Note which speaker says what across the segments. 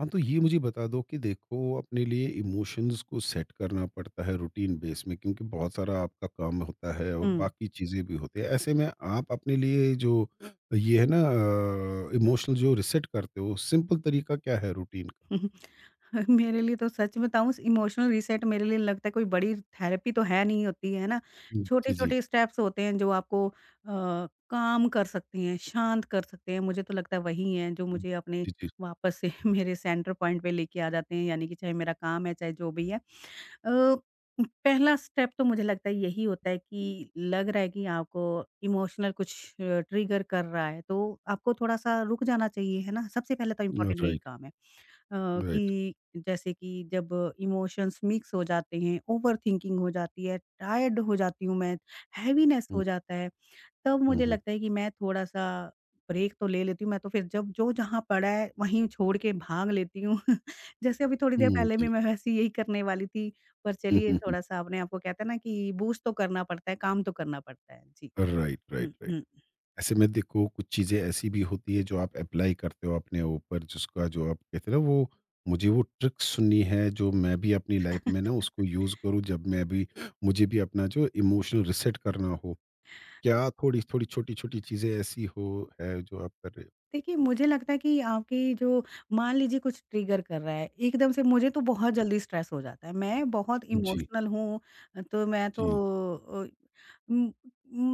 Speaker 1: हाँ, तो ये मुझे बता दो कि देखो अपने लिए इमोशंस को सेट करना पड़ता है रूटीन बेस में क्योंकि बहुत सारा आपका काम होता है और
Speaker 2: हुँ।
Speaker 1: बाकी चीज़ें भी होती है। ऐसे में आप अपने लिए जो ये है ना इमोशनल जो रीसेट करते हो सिंपल तरीका क्या है रूटीन का?
Speaker 2: मेरे लिए तो सच बताऊँ इमोशनल रीसेट मेरे लिए लगता है कोई बड़ी थेरेपी तो है नहीं होती है ना,
Speaker 1: हुँ, जी, जी।
Speaker 2: छोटे-छोटे स्टेप्स होते हैं जो आपको काम कर सकते हैं, शांत कर सकते हैं। मुझे तो लगता है वही हैं जो
Speaker 1: हुँ,
Speaker 2: मुझे अपने
Speaker 1: जी, जी।
Speaker 2: वापस से मेरे सेंटर पॉइंट पे लेके आ जाते हैं यानी कि चाहे मेरा काम है, चाहे जो भी है। अ, पहला स्टेप तो मुझे लगता है यही होता है कि लग रहा है कि आपको इमोशनल कुछ ट्रिगर कर रहा है तो आपको थोड़ा-सा रुक जाना चाहिए, है ना? सबसे पहले तो इम्पोर्टेंट यही
Speaker 1: राइट,
Speaker 2: काम है। अ,
Speaker 1: राइट।
Speaker 2: कि जैसे कि जब इमोशंस मिक्स हो जाते हैं, ओवरथिंकिंग हो जाती है, टायर्ड हो जाती हूँ मैं, हैवीनेस
Speaker 1: हुँ,
Speaker 2: हो जाता है, तब
Speaker 1: हुँ,
Speaker 2: मुझे
Speaker 1: हुँ।
Speaker 2: लगता है कि मैं थोड़ा-सा ब्रेक तो ले लेती हूँ। मैं तो फिर जब जो जहाँ पड़ा है, वहीं छोड़ के भाग लेती हूँ। जैसे अभी थोड़ी देर
Speaker 1: हुँ,
Speaker 2: पहले भी
Speaker 1: जी।
Speaker 2: मैं वैसे यही करने वाली थी, पर
Speaker 1: हुँ,
Speaker 2: चलिए
Speaker 1: हुँ, हुँ।
Speaker 2: थोड़ा-सा अपने आप को कहते हैं ना कि बूस्ट तो करना पड़ता है, काम तो करना पड़ता है। जी।
Speaker 1: राइट,
Speaker 2: हुँ,
Speaker 1: राइट, राइट।
Speaker 2: हुँ।
Speaker 1: ऐसे में देखो कुछ चीज़ें ऐसी भी होती है जो आप अप्लाई करते हो अपने ऊपर जिसका जो आप कहते हैं ना वो मुझे वो ट्रिक सुननी है जो मैं भी अपनी लाइफ में ना उसको यूज़ करूँ जब मैं भी मुझे भी अपना जो इमोशनल रिसेट करना हो। क्या थोड़ी थोड़ी छोटी-छोटी चीज़ें ऐसी हो है जो आप कर रहे हो?
Speaker 2: देखिए, मुझे लगता है कि आपकी जो मान लीजिए कुछ ट्रिगर कर रहा है, एकदम से मुझे तो बहुत जल्दी स्ट्रेस हो जाता है। मैं बहुत
Speaker 1: जी,
Speaker 2: इमोशनल हूँ, तो मैं तो
Speaker 1: जी।
Speaker 2: अ, उम,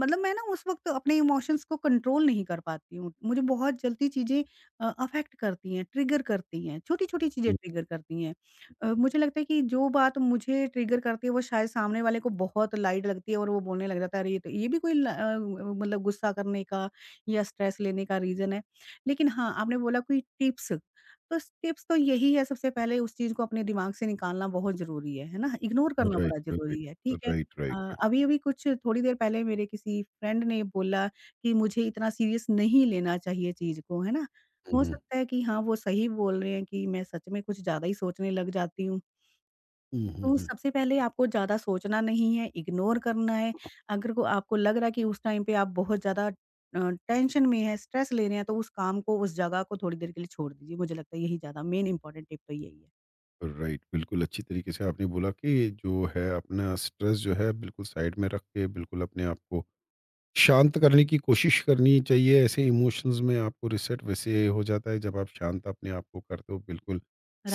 Speaker 2: मतलब मैं ना उस वक़्त अपने इमोशंस को कंट्रोल नहीं कर पाती हूँ। मुझे बहुत जल्दी चीज़ें अफ़ेक्ट करती हैं, ट्रिगर करती हैं, छोटी-छोटी चीज़ें
Speaker 1: हुँ,
Speaker 2: ट्रिगर करती हैं। मुझे लगता है कि जो बात मुझे ट्रिगर करती है, वो शायद सामने वाले को बहुत लाइट लगती है और वो बोलने लग जाता है, "अरे! ये तो ये भी कोई मतलब गुस्सा करने का या स्ट्रेस लेने का रीज़न है।" लेकिन हाँ, आपने बोला कोई टिप्स तो यही है सबसे पहले उस चीज़ को अपने दिमाग से निकालना बहुत ज़रूरी है ना? इग्नोर
Speaker 1: राइट,
Speaker 2: करना बड़ा
Speaker 1: राइट,
Speaker 2: ज़रूरी है, ठीक
Speaker 1: राइट,
Speaker 2: है।
Speaker 1: Right, right.
Speaker 2: अभी-अभी कुछ थोड़ी देर पहले मेरे किसी फ्रेंड ने बोला कि मुझे इतना सीरियस नहीं लेना चाहिए चीज़ को, है ना?
Speaker 1: हुँ,
Speaker 2: हो
Speaker 1: हुँ।
Speaker 2: सकता है कि हाँ, वो सही बोल रहे हैं कि मैं सच में कुछ ज़्यादा ही सोचने लग जाती हूँ।
Speaker 1: हुँ, हुँ,
Speaker 2: तो
Speaker 1: हुँ।
Speaker 2: सबसे पहले आपको ज़्यादा सोचना नहीं है, इग्नोर करना है। अगर को आपको लग रहा है कि उस टाइम पे आप बहुत ज़्यादा अ, टेंशन में हैं, स्ट्रेस ले रहे हैं, तो उस काम को, उस जगह को थोड़ी देर के लिए छोड़ दीजिए। मुझे लगता है यही ज़्यादा मेन इम्पोर्टेंट टिप तो यही है।
Speaker 1: राइट, बिल्कुल अच्छी तरीके से आपने बोला कि जो है अपना स्ट्रेस जो है बिल्कुल साइड में रख के बिल्कुल अपने आप को शांत करने की कोशिश करनी चाहिए ऐसे इमोशंस में आपको रिसेट वैसे हो जाता है जब आप शांत अपने आप को करते हो बिल्कुल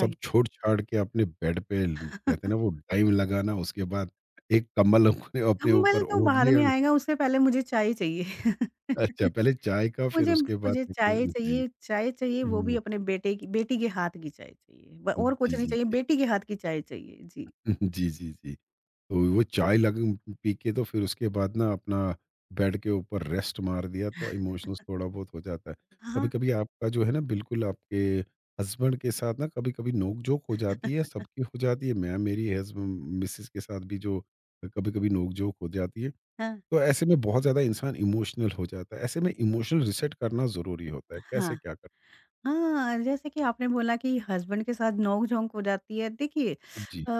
Speaker 1: सब छोड़ छाड़ के अपने बेड पे कहते हैं ना वो डाइव लगाना उसके बाद एक कम्बल अपने अपने
Speaker 2: कंबल
Speaker 1: ऊपर
Speaker 2: तो
Speaker 1: ओढ़
Speaker 2: बाद में
Speaker 1: लिया।
Speaker 2: आएगा, उससे पहले मुझे चाय चाहिए।
Speaker 1: अच्छा पहले चाय का फिर
Speaker 2: मुझे
Speaker 1: उसके बाद
Speaker 2: मुझे
Speaker 1: देखो। जी
Speaker 2: चाय चाहिए, वो भी
Speaker 1: हम्म,
Speaker 2: अपने बेटे की बेटी के हाथ की चाय चाहिए। ब और कुछ
Speaker 1: जी
Speaker 2: नहीं
Speaker 1: जी
Speaker 2: चाहिए,
Speaker 1: जी
Speaker 2: बेटी के हाथ की चाय चाहिए। जी।
Speaker 1: जी जी जी। तो वो चाय लग पी के तो फिर उसके बाद ना अपना बेड के ऊपर रेस्ट मार दिया तो इमोशंस थोड़ा बहुत हो जाता है। कभी
Speaker 2: हाँ,
Speaker 1: कभी आपका जो है ना बिल्कुल आपके हस्बैंड के साथ ना कभी कभी नोक जोक हो जाती है सबकी हो जाती है मैं मेरी हस्बैंड मिसेस के साथ भी जो कभी कभी नोक जोक हो जाती है।
Speaker 2: हाँ।
Speaker 1: तो ऐसे में बहुत ज्यादा इंसान इमोशनल हो जाता है ऐसे में इमोशनल रिसेट करना जरूरी होता है कैसे
Speaker 2: हाँ।
Speaker 1: क्या कर।
Speaker 2: हाँ, जैसे कि आपने बोला कि हस्बैंड के साथ नोक-झोंक हो जाती है। देखिए
Speaker 1: जी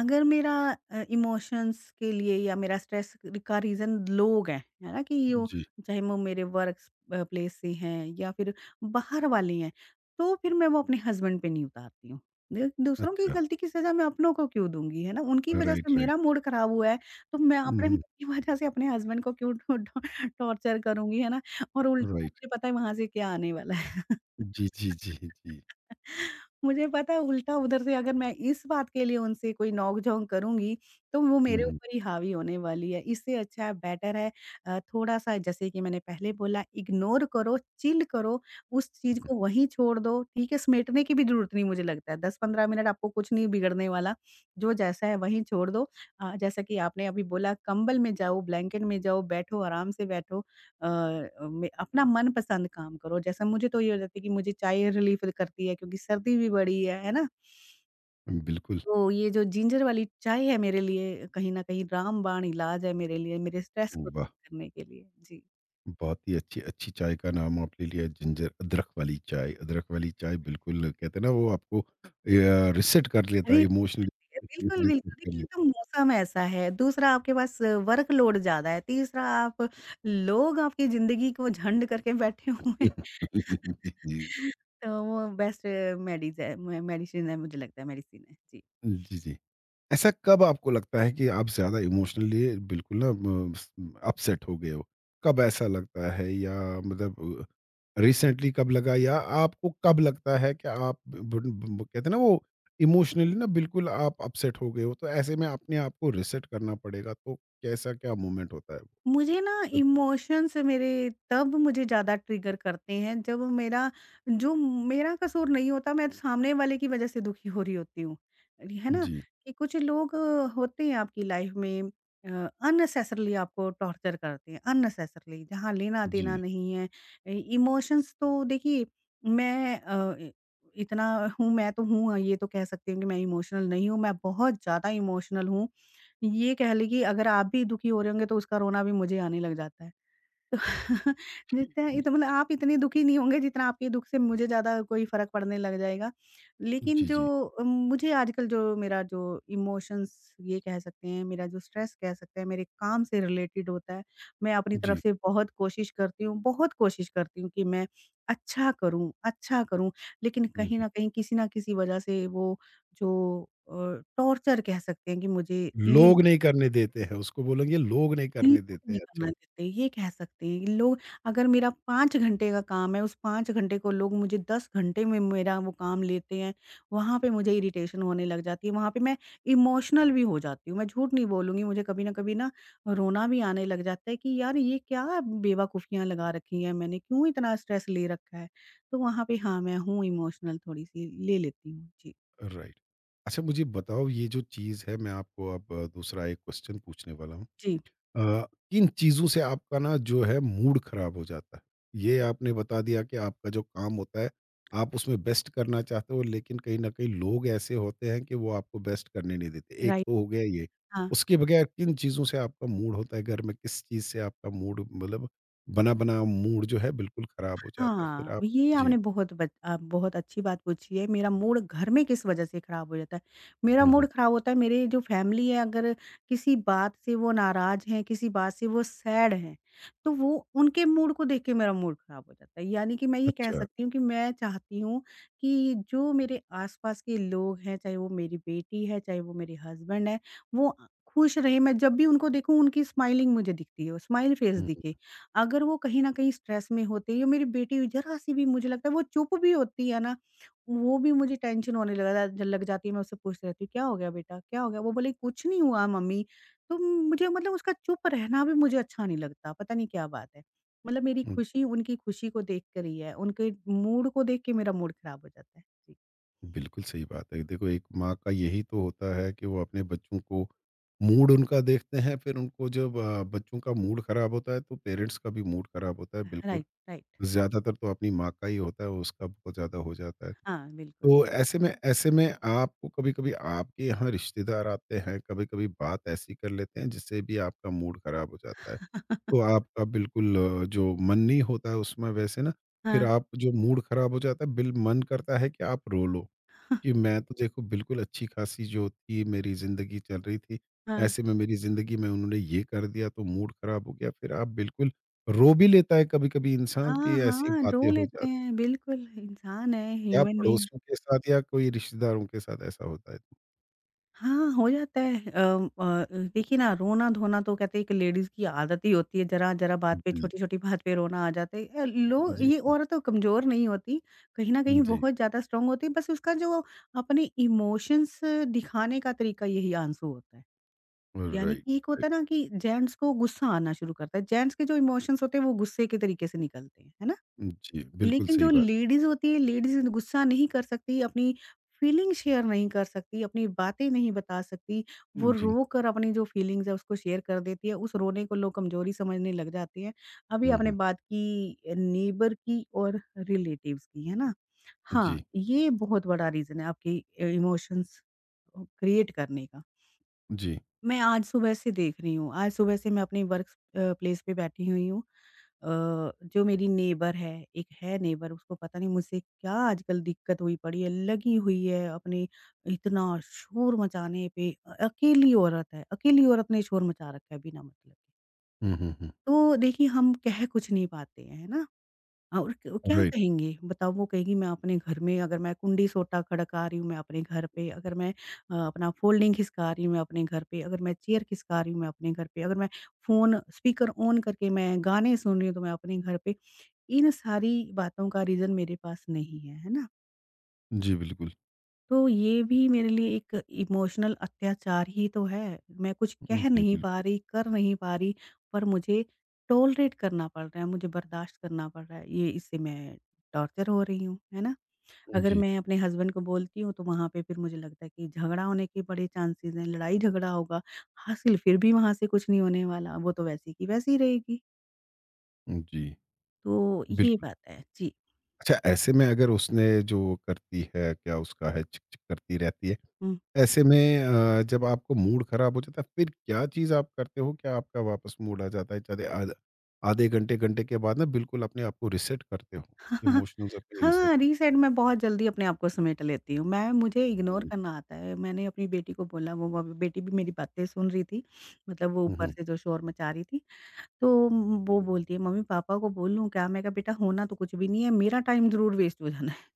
Speaker 2: अगर मेरा इमोशंस के लिए या मेरा स्ट्रेस का रीज़न लोग हैं, है ना? कि वो
Speaker 1: जी
Speaker 2: चाहे वो मेरे वर्क प्लेस से हैं या फिर बाहर वाले हैं, तो फिर मैं वो अपने हस्बैंड पे नहीं उतारती हूँ। दे दूसरों की
Speaker 1: अच्छा
Speaker 2: गलती की सज़ा मैं अपनों को क्यों दूँगी, है ना? उनकी वज़ह से
Speaker 1: राइट राइट
Speaker 2: मेरा मूड ख़राब हुआ है, तो मैं अपने मूड
Speaker 1: हम्म,
Speaker 2: की वज़ह से अपने हस्बैंड को क्यों टो टो टॉर्चर करूँगी, है ना? और उल्टा
Speaker 1: राइट
Speaker 2: मुझे पता है वहाँ से क्या आने वाला है।
Speaker 1: जी जी जी जी
Speaker 2: मुझे पता है उल्टा उधर से अगर मैं इस बात के लिए उनसे कोई नोक-झोंक करूँगी, तो वो मेरे
Speaker 1: हम्म,
Speaker 2: ऊपर ही हावी होने वाली है। इससे अच्छा है बेटर है थोड़ा-सा जैसे कि मैंने पहले बोला इग्नोर करो, चिल करो, उस चीज़ को वहीं छोड़ दो, ठीक है? समेटने की भी ज़रूरत नहीं मुझे लगता है, 10-15 मिनट आपको कुछ नहीं बिगड़ने वाला, जो जैसा है वहीं छोड़ दो। जैसा कि आपने अभी बोला कंबल में जाओ, ब्लैंकेट में जाओ, बैठो, आराम से बैठो। में अपना मनपसंद काम करो। जैसे मुझे तो ये हो जाता है कि मुझे चाय रिलीफ़ करती है क्योंकि सर्दी भी बड़ी है ना?
Speaker 1: बिल्कुल।
Speaker 2: तो ये जो जिंजर वाली चाय है मेरे लिए कहीं न कहीं रामबाण इलाज है मेरे लिए, मेरे स्ट्रेस को
Speaker 1: वाह!
Speaker 2: दूर करने के लिए। जी।
Speaker 1: बहुत ही अच्छी, अच्छी चाय का नाम आपने लिया जिंजर अदरक वाली चाय। अदरक वाली चाय बिल्कुल कहते हैं ना वो आपको रीसेट कर लेता है
Speaker 2: अरे!
Speaker 1: इमोशनली।
Speaker 2: बिल्कुल, बिल्कुल।
Speaker 1: रीसेट कर
Speaker 2: देखिए एक
Speaker 1: लेता
Speaker 2: तो मौसम ऐसा है, दूसरा आपके पास वर्कलोड ज़्यादा है, तीसरा आप लोग आपकी ज़िंदगी को झंड करके बैठे
Speaker 1: है।
Speaker 2: हुए हैं।
Speaker 1: जी, जी।
Speaker 2: तो वो बेस्ट मेडीज़ है मे मेडिसिन है मुझे लगता है मेडिसिन है। जी।
Speaker 1: जी, जी। ऐसा कब आपको लगता है कि आप ज़्यादा इमोशनली बिल्कुल ना म स अपसेट हो गए हो? कब ऐसा लगता है या मतलब रिसेंटली कब लगा या आपको कब लगता है कि आप ब ब ब- कहते हैं ना वो इमोशनली ना बिल्कुल आप अपसेट हो गए हो, तो ऐसे में अपने आप को रीसेट करना पड़ेगा, तो कैसा क्या मोमेंट होता है वो?
Speaker 2: मुझे ना
Speaker 1: जब
Speaker 2: इमोशंस मेरे तब मुझे ज़्यादा ट्रिगर करते हैं जब मेरा जो मेरा कसूर नहीं होता मैं सामने वाले की वजह से दुखी हो रही होती हूँ है ना
Speaker 1: जी,
Speaker 2: कि कुछ लोग होते हैं आपकी लाइफ में अननेसेसरली आपको टॉर्चर करते हैं अननेसेसरली जहाँ लेना देना
Speaker 1: जी,
Speaker 2: नहीं है इमोशंस तो देखिए मैं इतना हूँ मैं तो हूँ ये तो कह सकती हूँ कि मैं इमोशनल नहीं हूँ मैं बहुत ज़्यादा इमोशनल हूँ ये कह लें कि अगर आप भी दुखी हो रहे होंगे तो उसका रोना भी मुझे आने लग जाता है।
Speaker 1: ठीक,
Speaker 2: जितना
Speaker 1: ठीक।
Speaker 2: इत मतलब आप इतने दुखी नहीं होंगे जितना आपके दुःख से मुझे ज़्यादा कोई फ़र्क पड़ने लग जाएगा। लेकिन
Speaker 1: जी,
Speaker 2: जो
Speaker 1: जी,
Speaker 2: मुझे आजकल जो मेरा जो इमोशंस ये कह सकते हैं, मेरा जो स्ट्रेस कह सकते हैं, मेरे काम से रिलेटेड होता है। मैं अपनी तरफ
Speaker 1: जी।
Speaker 2: से बहुत कोशिश करती हूँ बहुत कोशिश करती हूँ कि मैं अच्छा करूँ। लेकिन
Speaker 1: हुँ,
Speaker 2: कहीं
Speaker 1: हुँ।
Speaker 2: न कहीं किसी न किसी वज़ह से वो जो अ, टॉर्चर कह सकते हैं कि मुझे लेन
Speaker 1: लोग नहीं करने देते हैं, उसको बोलेंगे लोग नहीं करने
Speaker 2: लोग
Speaker 1: देते
Speaker 2: नहीं
Speaker 1: हैं।
Speaker 2: करना
Speaker 1: अच्छा।
Speaker 2: देते, ये कह सकते हैं। कि लोग अगर मेरा 5 घंटे का काम है, उस 5 घंटे को लोग मुझे 10 घंटे में मेरा वो काम लेते हैं, वहाँ पे मुझे इरिटेशन होने लग जाती है। वहाँ पे मैं इमोशनल भी हो जाती हूँ, मैं झूठ नहीं बोलूँगी। मुझे कभी न कभी ना रोना भी आने लग जाता है कि यार ये क्या बेवकूफ़ियाँ लगा रखी हैं मैंने, क्यों इतना स्ट्रेस ले रखा है? तो वहाँ पे हाँ, मैं हूँ इमोशनल थोड़ी-सी ले लेती हूँ। जी,
Speaker 1: राइट अच्छा मुझे बताओ ये जो चीज़ है मैं आपको अब दूसरा एक क्वेश्चन पूछने वाला हूँ।
Speaker 2: जी,
Speaker 1: अ, किन चीज़ों से आपका ना जो है मूड खराब हो जाता है ये आपने बता दिया कि आपका जो काम होता है आप उसमें बेस्ट करना चाहते हो लेकिन कहीं ना कहीं लोग ऐसे होते हैं कि वो आपको बेस्ट करने नहीं देते एक
Speaker 2: राइट।
Speaker 1: तो हो गया ये।
Speaker 2: हाँ।
Speaker 1: उसके बगैर किन चीज़ों से आपका मूड होता है घर में किस चीज़ से आपका मूड मतलब बना बना मूड जो है बिल्कुल खराब हो जाता है फिर
Speaker 2: हाँ,
Speaker 1: आप।
Speaker 2: ये
Speaker 1: जी
Speaker 2: आपने बहुत अच्छी बात पूछी है। मेरा मूड घर में किस वजह से खराब हो जाता है? मेरा
Speaker 1: हम्म
Speaker 2: मूड
Speaker 1: हम्म,
Speaker 2: खराब होता है मेरी जो फैमिली है अगर किसी बात से वो नाराज़ हैं, किसी बात से वो सैड हैं, तो वो उनके मूड को देख के मेरा मूड खराब हो जाता है। यानी कि मैं ये कह
Speaker 1: अच्छा
Speaker 2: सकती हूँ कि मैं चाहती हूँ कि जो मेरे आस-पास के लोग हैं, चाहे वो मेरी बेटी है, चाहे वो मेरे हस्बैंड हैं, वो खुश रहें। मैं जब भी उनको देखूँ उनकी स्माइलिंग मुझे दिखती हो, स्माइल फेस दिखे। अगर वो कहीं न कहीं स्ट्रेस में होते हैं या मेरी बेटी ज़रा-सी भी मुझे लगता है वो चुप भी होती है ना, वो भी मुझे टेंशन होने लगा ज लग जाती है। मैं उससे पूछती रहती हूँ, "क्या हो गया बेटा? क्या हो गया?" वो बोली, "कुछ नहीं हुआ मम्मी।" तो मुझे मतलब उसका चुप रहना भी मुझे अच्छा नहीं लगता, पता नहीं क्या बात है। मतलब मेरी
Speaker 1: हम्म,
Speaker 2: खुशी उनकी खुशी को देख कर ही है, उनके मूड को देख के मेरा मूड खराब हो जाता है। जी।
Speaker 1: बिल्कुल सही बात है। देखो एक माँ का यही तो होता है कि वो अपने बच्चों को मूड उनका देखते हैं फिर उनको जब बच्चों का मूड ख़राब होता है तो पेरेंट्स का भी मूड ख़राब होता है बिल्कुल।
Speaker 2: Right, right.
Speaker 1: ज़्यादातर तो अपनी माँ का ही होता है उसका बहुत ज़्यादा हो जाता है।
Speaker 2: हाँ, बिल्कुल।
Speaker 1: तो ऐसे में आपको कभी-कभी आपके यहाँ रिश्तेदार आते हैं, कभी-कभी बात ऐसी कर लेते हैं जिससे भी आपका मूड ख़राब हो जाता है। तो आपका बिल्कुल जो मन नहीं होता है उसमें वैसे ना फिर
Speaker 2: हाँ,
Speaker 1: आप जो मूड ख़राब हो जाता है बिल मन करता है कि आप रो लो। कि मैं तो देखो बिल्कुल अच्छी-खासी जो थी मेरी ज़िंदगी चल रही थी,
Speaker 2: हाँ।
Speaker 1: ऐसे में मेरी ज़िंदगी में उन्होंने ये कर दिया तो मूड ख़राब हो गया, फिर आप बिल्कुल रो भी लेता है कभी-कभी इंसान
Speaker 2: हाँ,
Speaker 1: कि ऐसी
Speaker 2: हाँ, रो
Speaker 1: बातें हो
Speaker 2: लेते
Speaker 1: जाती
Speaker 2: हैं। बिल्कुल, इंसान है,
Speaker 1: हैं, या
Speaker 2: ह्यूमन बीइंग
Speaker 1: पड़ोसियों के साथ या कोई रिश्तेदारों के साथ ऐसा होता है।
Speaker 2: हाँ, हो जाता है। अ, देखिए ना रोना-धोना तो कहते हैं एक लेडीज़ की आदत ही होती है, ज़रा-ज़रा बात पे
Speaker 1: जी,
Speaker 2: छोटी-छोटी बात पे रोना आ जाता है। लोग
Speaker 1: जी,
Speaker 2: ये औरतें कमज़ोर नहीं होती, कहीं न कहीं
Speaker 1: जी,
Speaker 2: बहुत ज़्यादा स्ट्रॉन्ग होती है, बस उसका जो अपने इमोशंस दिखाने का तरीका यही आंसू होता है। यानी
Speaker 1: राइट,
Speaker 2: कि एक होता है
Speaker 1: राइट।
Speaker 2: ना कि जेंट्स को गुस्सा आना शुरू करता है, जेंट्स के जो इमोशंस होते हैं वो गुस्से के तरीके से निकलते हैं, है ना?
Speaker 1: जी, बिल्कुल
Speaker 2: लेकिन जो
Speaker 1: सही बात।
Speaker 2: लेडीज़ होती है, लेडीज़ गुस्सा नहीं कर सकती, अपनी फीलिंग शेयर नहीं कर सकती, अपनी बातें नहीं बता सकती। वो
Speaker 1: जी,
Speaker 2: रोकर अपनी जो फीलिंग्स है उसको शेयर कर देती है, उस रोने को लोग कमज़ोरी समझने लग जाते हैं। अभी
Speaker 1: हुँ,
Speaker 2: आपने
Speaker 1: हुँ,
Speaker 2: बात की नेबर की और रिलेटिव्स की, है ना? हाँ,
Speaker 1: जी,
Speaker 2: ये बहुत बड़ा रीज़न है आपकी इमोशंस क्रिएट करने का।
Speaker 1: जी,
Speaker 2: मैं आज सुबह से देख रही हूँ, आज सुबह से मैं अपनी वर्क प्लेस पे बैठी हुई हूँ। जो मेरी नेबर है, एक है नेबर उसको पता नहीं मुझसे क्या आजकल दिक्कत हुई पड़ी है, लगी हुई है अपने इतना शोर मचाने पे। अकेली औरत है, अकेली औरत ने शोर मचा रखा है बिना मतलब के।
Speaker 1: हुँ, हुँ, हुँ,
Speaker 2: तो देखिए हम कह कुछ नहीं पाते हैं, है ना? हाँ, और क क्या
Speaker 1: राइट।
Speaker 2: कहेंगे? बताओ वो कहेगी मैं अपने घर में अगर मैं कुंडी सोटा खड़का रही हूँ मैं अपने घर पे, अगर मैं अपना फोल्डिंग खिसका रही हूँ मैं अपने घर पे, अगर मैं चेयर खिसका रही हूँ मैं अपने घर पे, अगर मैं फ़ोन स्पीकर ऑन करके मैं गाने सुन रही हूँ तो मैं अपने घर पे। इन सारी बातों का रीज़न मेरे पास नहीं है, है ना?
Speaker 1: जी, बिल्कुल,
Speaker 2: तो ये भी मेरे लिए एक इमोशनल अत्याचार ही तो है। मैं कुछ कह
Speaker 1: जी,
Speaker 2: नहीं
Speaker 1: बिल्कुल,
Speaker 2: पा रही, कर नहीं पा रही, पर मुझे टॉलरेट करना पड़ रहा है, मुझे बर्दाश्त करना पड़ रहा है। ये इससे मैं टॉर्चर हो रही हूँ, है ना? अगर
Speaker 1: जी,
Speaker 2: मैं अपने हस्बैंड को बोलती हूँ, तो वहाँ पे फिर मुझे लगता है कि झगड़ा होने के बड़े चांसेस हैं, लड़ाई-झगड़ा होगा, हासिल फिर भी वहाँ से कुछ नहीं होने वाला, वो तो वैसी की वैसी रहेगी।
Speaker 1: जी,
Speaker 2: तो ये
Speaker 1: बिल्कुल।
Speaker 2: बात है। जी।
Speaker 1: अच्छा ऐसे में अगर उसने जो करती है क्या उसका है चिक चिक करती रहती है ऐसे में जब आपको मूड खराब हो जाता है फिर क्या चीज़ आप करते हो क्या आपका वापस मूड आ जाता है चाहे आधे घंटे घंटे के बाद ना बिल्कुल अपने आप को रिसेट करते हो
Speaker 2: हाँ,
Speaker 1: इमोशनल अपने रिसेट
Speaker 2: हाँ,
Speaker 1: करते हो।
Speaker 2: रीसेट मैं बहुत जल्दी अपने आप को समेट लेती हूँ। मैं मुझे इग्नोर
Speaker 1: हम्म,
Speaker 2: करना आता है। मैंने अपनी बेटी को बोला वो ब बेटी भी मेरी बातें सुन रही थी, मतलब वो ऊपर
Speaker 1: हम्म,
Speaker 2: से जो शोर मचा रही थी। वो बोलती है मम्मी पापा को बोल लूँ क्या? मैं कहा बेटा होना तो कुछ भी नहीं है, मेरा टाइम ज़रूर वेस्ट हो जाना है।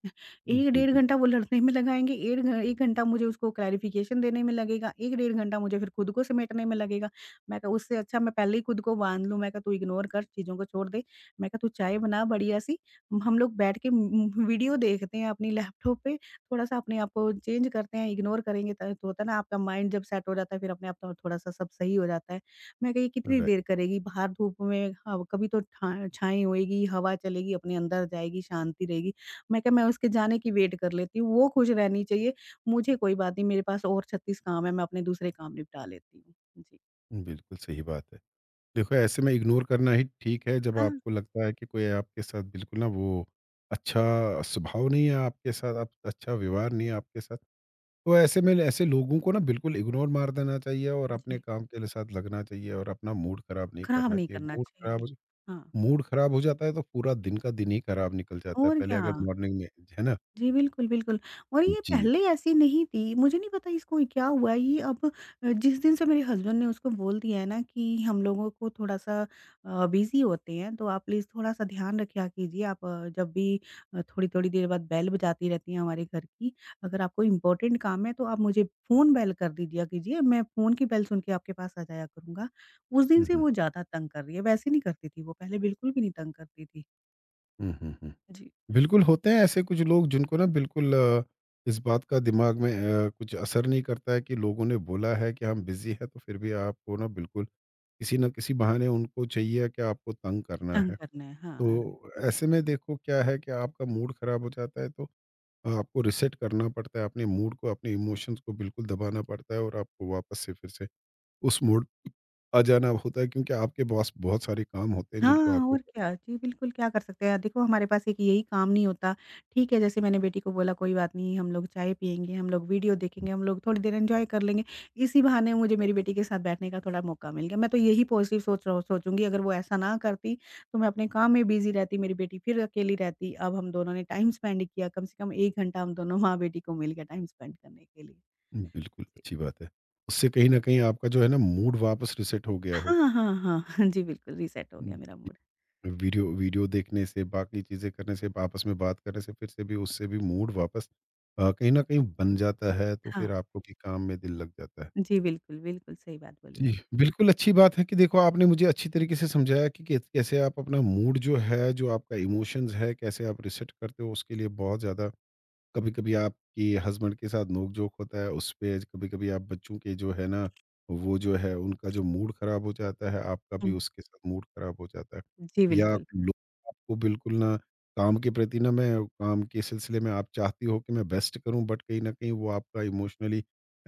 Speaker 2: 1
Speaker 1: जी
Speaker 2: डेढ़
Speaker 1: बिल्कुल
Speaker 2: घंटा वो लड़ने में लगाएँगे, 1 घंटा मुझे उसको क्लैरिफ़िकेशन देने में लगेगा, 1 डेढ़ घंटा मुझे फिर खुद को समेटने में लगेगा। मैं कहा उससे अच्छा मैं पहले ही खुद को बाँध लूँ, मैं कहा तू इग्नोर कर, चीज़ों को छोड़ दे। मैं कहा तू चाय बना बढ़िया-सी, हम लोग बैठ के वीडियो देखते हैं अपनी लैपटॉप पे, थोड़ा-सा अपने आप को चेंज करते हैं, इग्नोर करेंगे त तो होता है ना आपका माइंड जब सेट हो जाता है फिर अपने आप तो थोड़ा-सा सब सही हो जाता है। मैं कहा ये कितनी
Speaker 1: राइट
Speaker 2: देर करेगी बाहर धूप में, हव कभी तो ठा छाँव होएगी, हवा चलेगी अपने अंदर जाएगी, शांति रहेगी। मैं कहा मैं उसके जाने की वेट कर लेती हूँ, वो खुश रहनी चाहिए, मुझे कोई बात नहीं मेरे पास और 36 काम है, मैं अपने दूसरे काम निपटा लेती हूँ। जी।
Speaker 1: बिल्कुल सही बात है। देखो ऐसे में इग्नोर करना ही ठीक है जब
Speaker 2: हाँ।
Speaker 1: आपको लगता है कि कोई आपके साथ बिल्कुल ना वो अच्छा स्वभाव नहीं है आपके साथ आप अच्छा व्यवहार नहीं है आपके साथ तो ऐसे में ऐसे लोगों को ना बिल्कुल इग्नोर मार देना चाहिए और अपने
Speaker 2: जी,
Speaker 1: काम के लिए साथ लगना चाहिए और अपना मूड खराब नहीं
Speaker 2: खराब
Speaker 1: करना
Speaker 2: नहीं
Speaker 1: चाहिए।
Speaker 2: करना चाहिए बिल्कुल। हाँ,
Speaker 1: मूड खराब हो जाता है तो पूरा दिन का दिन ही खराब निकल जाता है।
Speaker 2: और
Speaker 1: पहले
Speaker 2: क्या।
Speaker 1: अगर मॉर्निंग में है ना?
Speaker 2: जी, बिल्कुल, बिल्कुल और ये
Speaker 1: जी।
Speaker 2: पहले ऐसी नहीं थी, मुझे नहीं पता इसको क्या हुआ ये अब जिस दिन से मेरे हस्बैंड ने उसको बोल दिया है ना कि हम लोगों को थोड़ा-सा बिज़ी होते हैं, तो आप प्लीज़ थोड़ा-सा ध्यान रखा कीजिए आप जब भी थोड़ी-थोड़ी देर बाद बेल बजाती रहती है हमारे घर की, अगर आपको इम्पोर्टेंट काम है तो आप मुझे फ़ोन बेल कर दीजिया कीजिए, मैं फ़ोन की बेल सुन के आपके पास आ जाया करूँगा। उस दिन
Speaker 1: हुँ,
Speaker 2: से
Speaker 1: हुँ।
Speaker 2: वो ज़्यादा तंग कर रही है, वैसे नहीं करती थी वो, पहले बिल्कुल भी नहीं तंग करती थी।
Speaker 1: हुँ, हुँ, हुँ।
Speaker 2: जी।
Speaker 1: बिल्कुल होते हैं ऐसे कुछ लोग जिनको ना बिल्कुल इस बात का दिमाग में कुछ असर नहीं करता है कि लोगों ने बोला है कि हम बिज़ी हैं तो फिर भी आपको ना बिल्कुल किसी न किसी बहाने उनको चाहिए कि आपको तंग करना
Speaker 2: तंग
Speaker 1: है।
Speaker 2: करना है, हाँ।
Speaker 1: तो ऐसे में देखो क्या है कि आपका मूड ख़राब हो जाता है तो आपको रीसेट करना पड़ता है, अपने मूड को, अपने इमोशंस को बिल्कुल दबाना पड़ता है और आपको वापस से फिर से उस मोड आ जाना होता है क्योंकि आपके पास बहुत सारे काम होते हैं जिनको
Speaker 2: हाँ,
Speaker 1: आपको।
Speaker 2: और क्या। जी, बिल्कुल क्या कर सकते हैं। देखो हमारे पास एक यही काम नहीं होता। ठीक है, जैसे मैंने बेटी को बोला कोई बात नहीं हम लोग चाय पिएँगे, हम लोग वीडियो देखेंगे, हम लोग थोड़ी देर एन्जॉय कर लेंगे। इसी बहाने मुझे मेरी बेटी के साथ बैठने का थोड़ा मौका मिल गया। मैं तो यही पॉज़िटिव सोच रहा सोचूँगी अगर वो ऐसा ना करती तो मैं अपने काम में बिज़ी रहती, मेरी बेटी फिर अकेली रहती। अब हम दोनों ने टाइम स्पेंड किया, कम से कम 1 घंटा हम दोनों माँ-बेटी को मिल गया टाइम स्पेंड करने के लिए।
Speaker 1: बिल्कुल,
Speaker 2: जी।
Speaker 1: अच्छी बात है। उससे कहीं न कहीं आपका जो है ना मूड वापस रीसेट हो गया होगा।
Speaker 2: हाँ, हाँ, हाँ। जी, बिल्कुल रीसेट हो गया
Speaker 1: हम्म।
Speaker 2: मेरा मूड।
Speaker 1: वीडियो वीडियो देखने से, बाकी चीज़ें करने से, आपस में बात करने से फिर से भी उससे भी मूड वापस कहीं न कहीं बन जाता है, तो
Speaker 2: हाँ।
Speaker 1: फिर आपको भी काम में दिल लग जाता है।
Speaker 2: जी, बिल्कुल, बिल्कुल सही बात बोली
Speaker 1: जी,
Speaker 2: आप।
Speaker 1: बिल्कुल अच्छी बात है कि देखो आपने मुझे अच्छी तरीके से समझाया कि कैसे आप अपना मूड जो है जो आपका इमोशंस है कैसे आप रिसेट करते हो उसके लिए बहुत ज़्यादा कभी-कभी आपके हस्बैंड के साथ नोक-झोंक होता है, उसपे कभी-कभी आप बच्चों के जो है ना, वो जो है उनका जो मूड ख़राब हो जाता है, आपका भी
Speaker 2: हुँ।
Speaker 1: उसके साथ मूड ख़राब हो जाता है।
Speaker 2: जी,
Speaker 1: या
Speaker 2: बिल्कुल।
Speaker 1: लोग आपको बिल्कुल ना काम के प्रति ना मैं काम के सिलसिले में आप चाहती हो कि मैं बेस्ट करूँ बट कहीं न कहीं वो आपका इमोशनली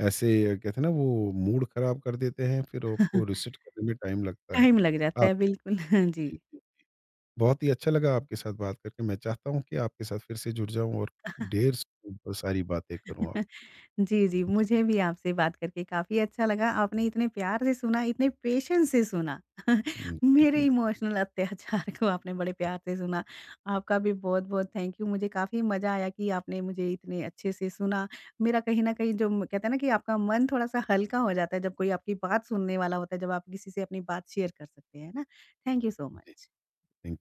Speaker 1: ऐसे कहते हैं ना वो मूड ख़राब कर देते हैं, फिर आपको रिसेट करने में टाइम लगता है।
Speaker 2: टाइम लग जाता
Speaker 1: आप
Speaker 2: है
Speaker 1: जी,
Speaker 2: बिल्कुल, जी।
Speaker 1: जी, जी। बहुत ही अच्छा लगा आपके साथ बात करके। मैं चाहता हूँ कि आपके साथ फिर से जुड़ जाऊँ और ढेर स सारी बातें करूँ आप।
Speaker 2: जी, जी,
Speaker 1: जी।
Speaker 2: मुझे भी आपसे बात करके काफ़ी अच्छा लगा। आपने इतने प्यार से सुना, इतने पेशेंस से सुना।
Speaker 1: हुँ,
Speaker 2: मेरे
Speaker 1: जी, जी।
Speaker 2: इमोशनल अत्याचार को आपने बड़े प्यार से सुना। आपका भी बहुत-बहुत थैंक यू। मुझे काफ़ी मज़ा आया कि आपने मुझे इतने अच्छे से सुना। मेरा कहीं न कहीं जो म कहते हैं ना कि आपका मन थोड़ा-सा हल्का हो जाता है, जब कोई आपकी बात सुनने वाला होता है, जब आप किसी से अपनी बात शेयर कर सकते हैं, है ना? थैंक यू सो
Speaker 1: जी,
Speaker 2: मच।
Speaker 1: थैंक